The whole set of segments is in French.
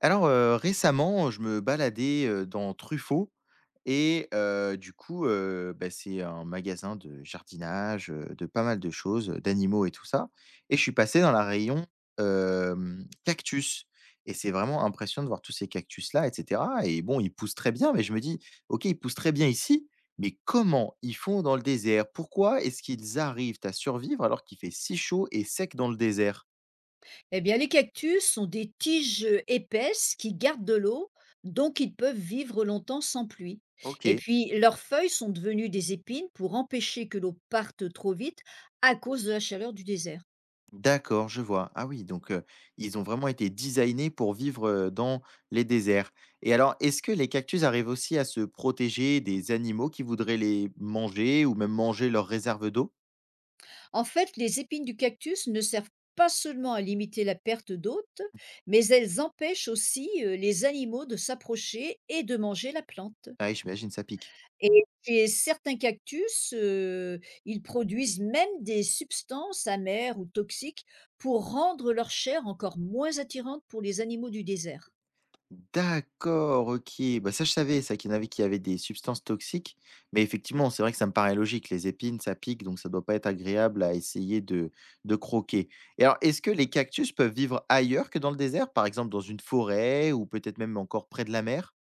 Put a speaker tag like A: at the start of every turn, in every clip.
A: Récemment, je me baladais, dans Truffaut et du coup, bah, c'est un magasin de jardinage, de pas mal de choses, d'animaux et tout ça, et je suis passé dans la rayon, cactus. Et c'est vraiment impressionnant de voir tous ces cactus-là et cetera, et bon, ils poussent très bien, mais je me dis: «OK, ils poussent très bien ici, mais comment ils font dans le désert? Pourquoi est-ce qu'ils arrivent à survivre alors qu'il fait si chaud et sec dans le désert?»
B: Eh bien, les cactus sont des tiges épaisses qui gardent de l'eau, donc ils peuvent vivre longtemps sans pluie. Et
A: OK.
B: puis, leurs feuilles sont devenues des épines pour empêcher que l'eau parte trop vite à cause de la chaleur du désert.
A: D'accord, je vois. Ah oui, donc ils ont vraiment été designés pour vivre, dans les déserts. Et alors, est-ce que les cactus arrivent aussi à se protéger des animaux qui voudraient les manger, ou même manger leurs réserves d'eau?
B: En fait, les épines du cactus ne servent pas seulement à limiter la perte d'hôtes, mais elles empêchent aussi les animaux de s'approcher et de manger la plante.
A: Ah oui, j'imagine ça pique.
B: Et chez certains cactus, ils produisent même des substances amères ou toxiques pour rendre leur chair encore moins attirante pour les animaux du désert.
A: D'accord, OK. Bah, ça je savais ça, qu'il y en avait qui avaient des substances toxiques, mais effectivement, c'est vrai que ça me paraît logique. Les épines, ça pique, donc ça doit pas être agréable à essayer de croquer. Et alors, est-ce que les cactus peuvent vivre ailleurs que dans le désert? Par exemple, dans une forêt ou peut-être même encore près de la mer?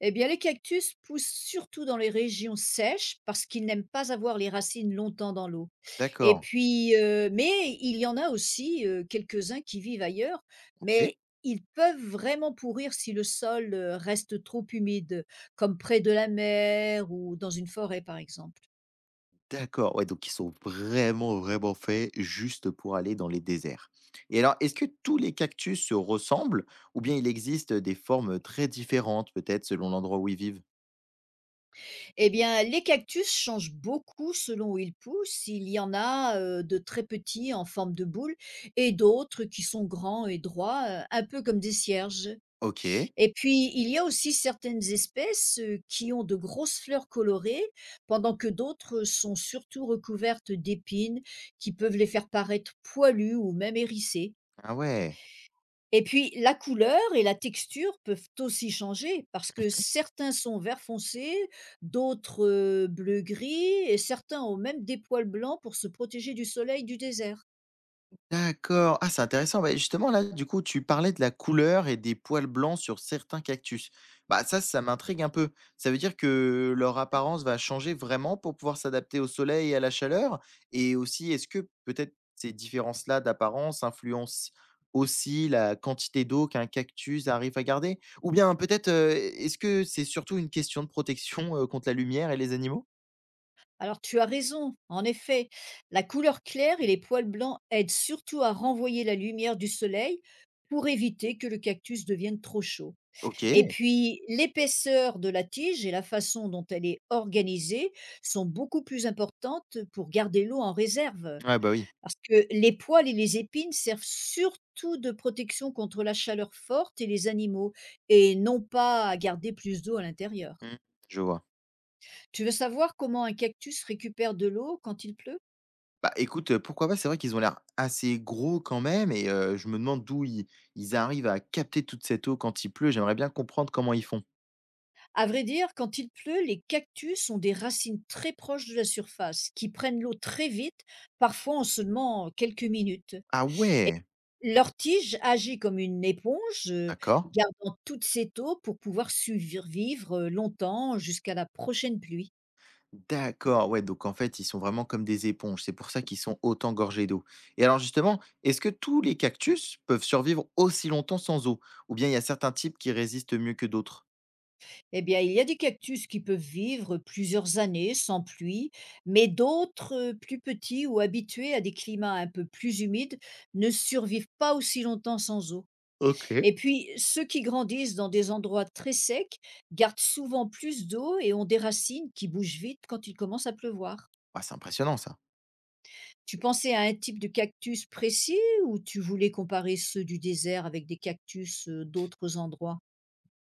B: Eh bien, les cactus poussent surtout dans les régions sèches parce qu'ils n'aiment pas avoir les racines longtemps dans l'eau. Et
A: D'accord,
B: puis, mais il y en a aussi, quelques-uns qui vivent ailleurs,
A: OK.
B: mais ils peuvent vraiment pourrir si le sol, reste trop humide, comme près de la mer ou dans une forêt, par exemple.
A: D'accord, ouais, donc ils sont vraiment, vraiment faits juste pour aller dans les déserts. Et alors, est-ce que tous les cactus se ressemblent, ou bien il existe des formes très différentes peut-être selon l'endroit où ils vivent?
B: Eh bien, les cactus changent beaucoup selon où ils poussent. Il y en a de très petits en forme de boule et d'autres qui sont grands et droits, un peu comme des cierges.
A: OK.
B: Et puis, il y a aussi certaines espèces qui ont de grosses fleurs colorées, pendant que d'autres sont surtout recouvertes d'épines qui peuvent les faire paraître poilues ou même hérissées.
A: Ah ouais.
B: Et puis la couleur et la texture peuvent aussi changer parce que certains sont vert foncé, d'autres, bleu gris, et certains ont même des poils blancs pour se protéger du soleil du désert.
A: D'accord. Ah, c'est intéressant. Bah, justement, là, du coup, tu parlais de la couleur et des poils blancs sur certains cactus. Bah, ça m'intrigue un peu. Ça veut dire que leur apparence va changer vraiment pour pouvoir s'adapter au soleil et à la chaleur? Et aussi, est-ce que peut-être ces différences-là d'apparence influencent aussi la quantité d'eau qu'un cactus arrive à garder? Ou bien peut-être, est-ce que c'est surtout une question de protection, contre la lumière et les animaux?
B: Alors tu as raison, en effet, la couleur claire et les poils blancs aident surtout à renvoyer la lumière du soleil pour éviter que le cactus devienne trop chaud.
A: Ok.
B: Et puis l'épaisseur de la tige et la façon dont elle est organisée sont beaucoup plus importantes pour garder l'eau en réserve.
A: Ah, bah oui.
B: Parce que les poils et les épines servent surtout de protection contre la chaleur forte et les animaux, et non pas à garder plus d'eau à l'intérieur.
A: Mm. Je vois.
B: Tu veux savoir comment un cactus récupère de l'eau quand il pleut.
A: Bah, écoute, pourquoi pas? C'est vrai qu'ils ont l'air assez gros quand même, et je me demande d'où ils arrivent à capter toute cette eau quand il pleut. J'aimerais bien comprendre comment ils font.
B: À vrai dire, quand il pleut, les cactus ont des racines très proches de la surface, qui prennent l'eau très vite, parfois en seulement quelques minutes.
A: Ah
B: Et
A: ouais!
B: leur tige agit comme une éponge,
A: D'accord.
B: gardant toute cette eau pour pouvoir survivre longtemps jusqu'à la prochaine pluie.
A: D'accord, ouais, donc en fait, ils sont vraiment comme des éponges. C'est pour ça qu'ils sont autant gorgés d'eau. Et alors justement, est-ce que tous les cactus peuvent survivre aussi longtemps sans eau? Ou bien il y a certains types qui résistent mieux que d'autres?
B: Eh bien, il y a des cactus qui peuvent vivre plusieurs années sans pluie, mais d'autres, plus petits ou habitués à des climats un peu plus humides, ne survivent pas aussi longtemps sans eau.
A: OK.
B: Et puis, ceux qui grandissent dans des endroits très secs gardent souvent plus d'eau et ont des racines qui bougent vite quand il commence à pleuvoir.
A: Ah, c'est impressionnant ça.
B: Tu pensais à un type de cactus précis ou tu voulais comparer ceux du désert avec des cactus d'autres endroits?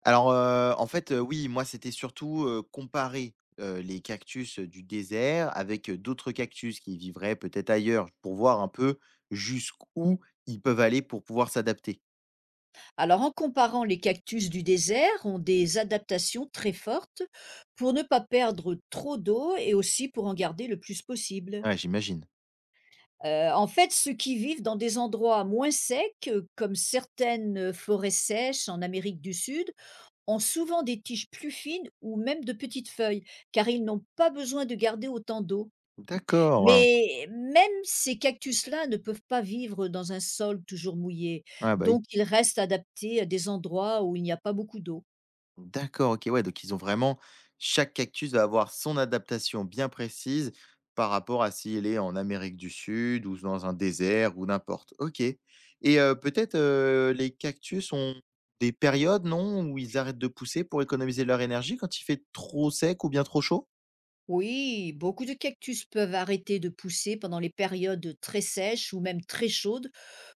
A: En fait, oui, moi, c'était surtout, comparer, les cactus, du désert avec, d'autres cactus qui vivraient peut-être ailleurs, pour voir un peu jusqu'où ils peuvent aller pour pouvoir s'adapter.
B: Alors, en comparant, les cactus du désert ont des adaptations très fortes pour ne pas perdre trop d'eau et aussi pour en garder le plus possible.
A: Ouais, j'imagine.
B: En fait, ceux qui vivent dans des endroits moins secs, comme certaines, forêts sèches en Amérique du Sud, ont souvent des tiges plus fines ou même de petites feuilles, car ils n'ont pas besoin de garder autant d'eau.
A: D'accord,
B: Mais même ces cactus-là ne peuvent pas vivre dans un sol toujours mouillé,
A: ah bah,
B: donc ils restent adaptés à des endroits où il n'y a pas beaucoup d'eau.
A: d'accord, OK, ouais, donc ils ont vraiment, chaque cactus va avoir son adaptation bien précise par rapport à s'il est en Amérique du Sud ou dans un désert ou n'importe. OK. Et peut-être, les cactus ont des périodes, non? Où ils arrêtent de pousser pour économiser leur énergie quand il fait trop sec ou bien trop chaud?
B: Oui, beaucoup de cactus peuvent arrêter de pousser pendant les périodes très sèches ou même très chaudes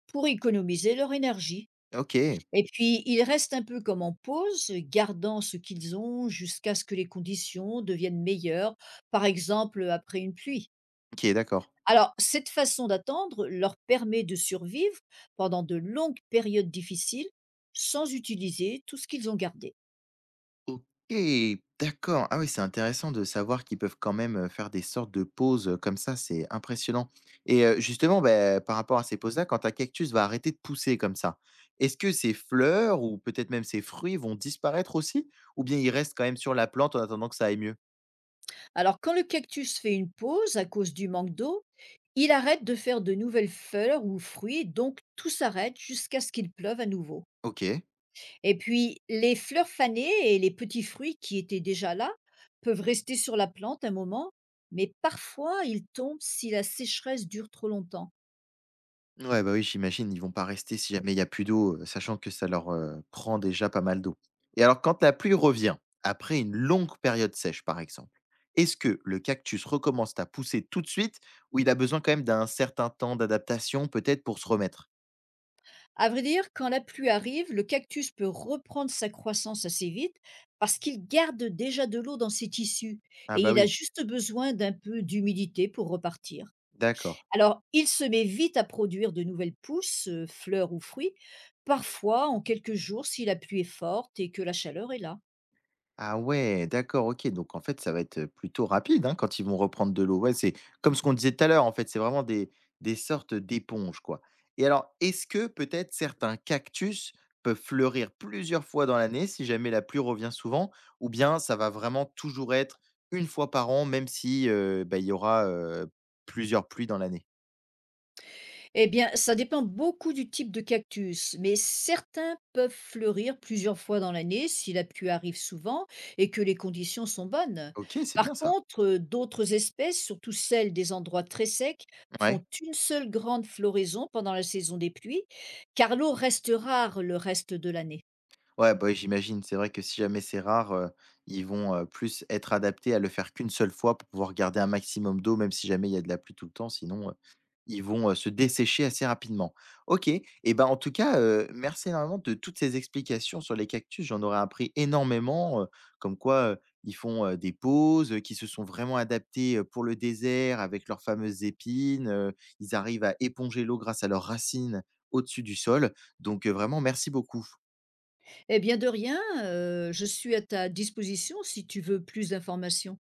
B: pour économiser leur énergie.
A: OK.
B: Et puis, ils restent un peu comme en pause, gardant ce qu'ils ont jusqu'à ce que les conditions deviennent meilleures, par exemple après une pluie.
A: OK, d'accord.
B: Alors, cette façon d'attendre leur permet de survivre pendant de longues périodes difficiles sans utiliser tout ce qu'ils ont gardé.
A: OK, d'accord. Ah oui, c'est intéressant de savoir qu'ils peuvent quand même, faire des sortes de pauses, comme ça, c'est impressionnant. Et justement, beh, par rapport à ces pauses-là, quand un cactus va arrêter de pousser comme ça, est-ce que ses fleurs ou peut-être même ses fruits vont disparaître aussi? Ou bien ils restent quand même sur la plante en attendant que ça aille mieux?
B: Alors, quand le cactus fait une pause à cause du manque d'eau, il arrête de faire de nouvelles fleurs ou fruits, donc tout s'arrête jusqu'à ce qu'il pleuve à nouveau.
A: OK.
B: Et puis, les fleurs fanées et les petits fruits qui étaient déjà là peuvent rester sur la plante un moment, mais parfois ils tombent si la sécheresse dure trop longtemps.
A: Ouais, bah, oui, j'imagine, ils vont pas rester si jamais il y a plus d'eau, sachant que ça leur, prend déjà pas mal d'eau. Et alors quand la pluie revient, après une longue période sèche par exemple, est-ce que le cactus recommence à pousser tout de suite, ou il a besoin quand même d'un certain temps d'adaptation peut-être pour se remettre?
B: À vrai dire, quand la pluie arrive, le cactus peut reprendre sa croissance assez vite parce qu'il garde déjà de l'eau dans ses tissus
A: Ah
B: et
A: bah,
B: il a
A: oui,
B: juste besoin d'un peu d'humidité pour repartir.
A: d'accord.
B: Alors, il se met vite à produire de nouvelles pousses, fleurs ou fruits, parfois en quelques jours si la pluie est forte et que la chaleur est là.
A: Ah ouais, d'accord, OK, donc en fait, ça va être plutôt rapide, hein, quand ils vont reprendre de l'eau. Ouais, c'est comme ce qu'on disait tout à l'heure, en fait, c'est vraiment des sortes d'éponges, quoi. Et alors, est-ce que peut-être certains cactus peuvent fleurir plusieurs fois dans l'année si jamais la pluie revient souvent? Ou bien ça va vraiment toujours être une fois par an, même si, bah, il y aura, plusieurs pluies dans l'année?
B: Eh bien, ça dépend beaucoup du type de cactus, mais certains peuvent fleurir plusieurs fois dans l'année si la pluie arrive souvent et que les conditions sont bonnes.
A: OK, c'est bien
B: Par
A: ça.
B: contre, d'autres espèces, surtout celles des endroits très secs,
A: Ouais.
B: font une seule grande floraison pendant la saison des pluies, car l'eau reste rare le reste de l'année.
A: Ouais, bah, oui, j'imagine. C'est vrai que si jamais c'est rare, ils vont, plus être adaptés à le faire qu'une seule fois pour pouvoir garder un maximum d'eau, même si jamais il y a de la pluie tout le temps, sinon, ils vont, se dessécher assez rapidement. OK, et ben en tout cas, merci énormément de toutes ces explications sur les cactus. J'en aurais appris énormément, comme quoi, ils font, des pauses, qu'ils se sont vraiment adaptés, pour le désert avec leurs fameuses épines, ils arrivent à éponger l'eau grâce à leurs racines au-dessus du sol. Donc, vraiment merci beaucoup.
B: Eh bien de rien, je suis à ta disposition si tu veux plus d'informations.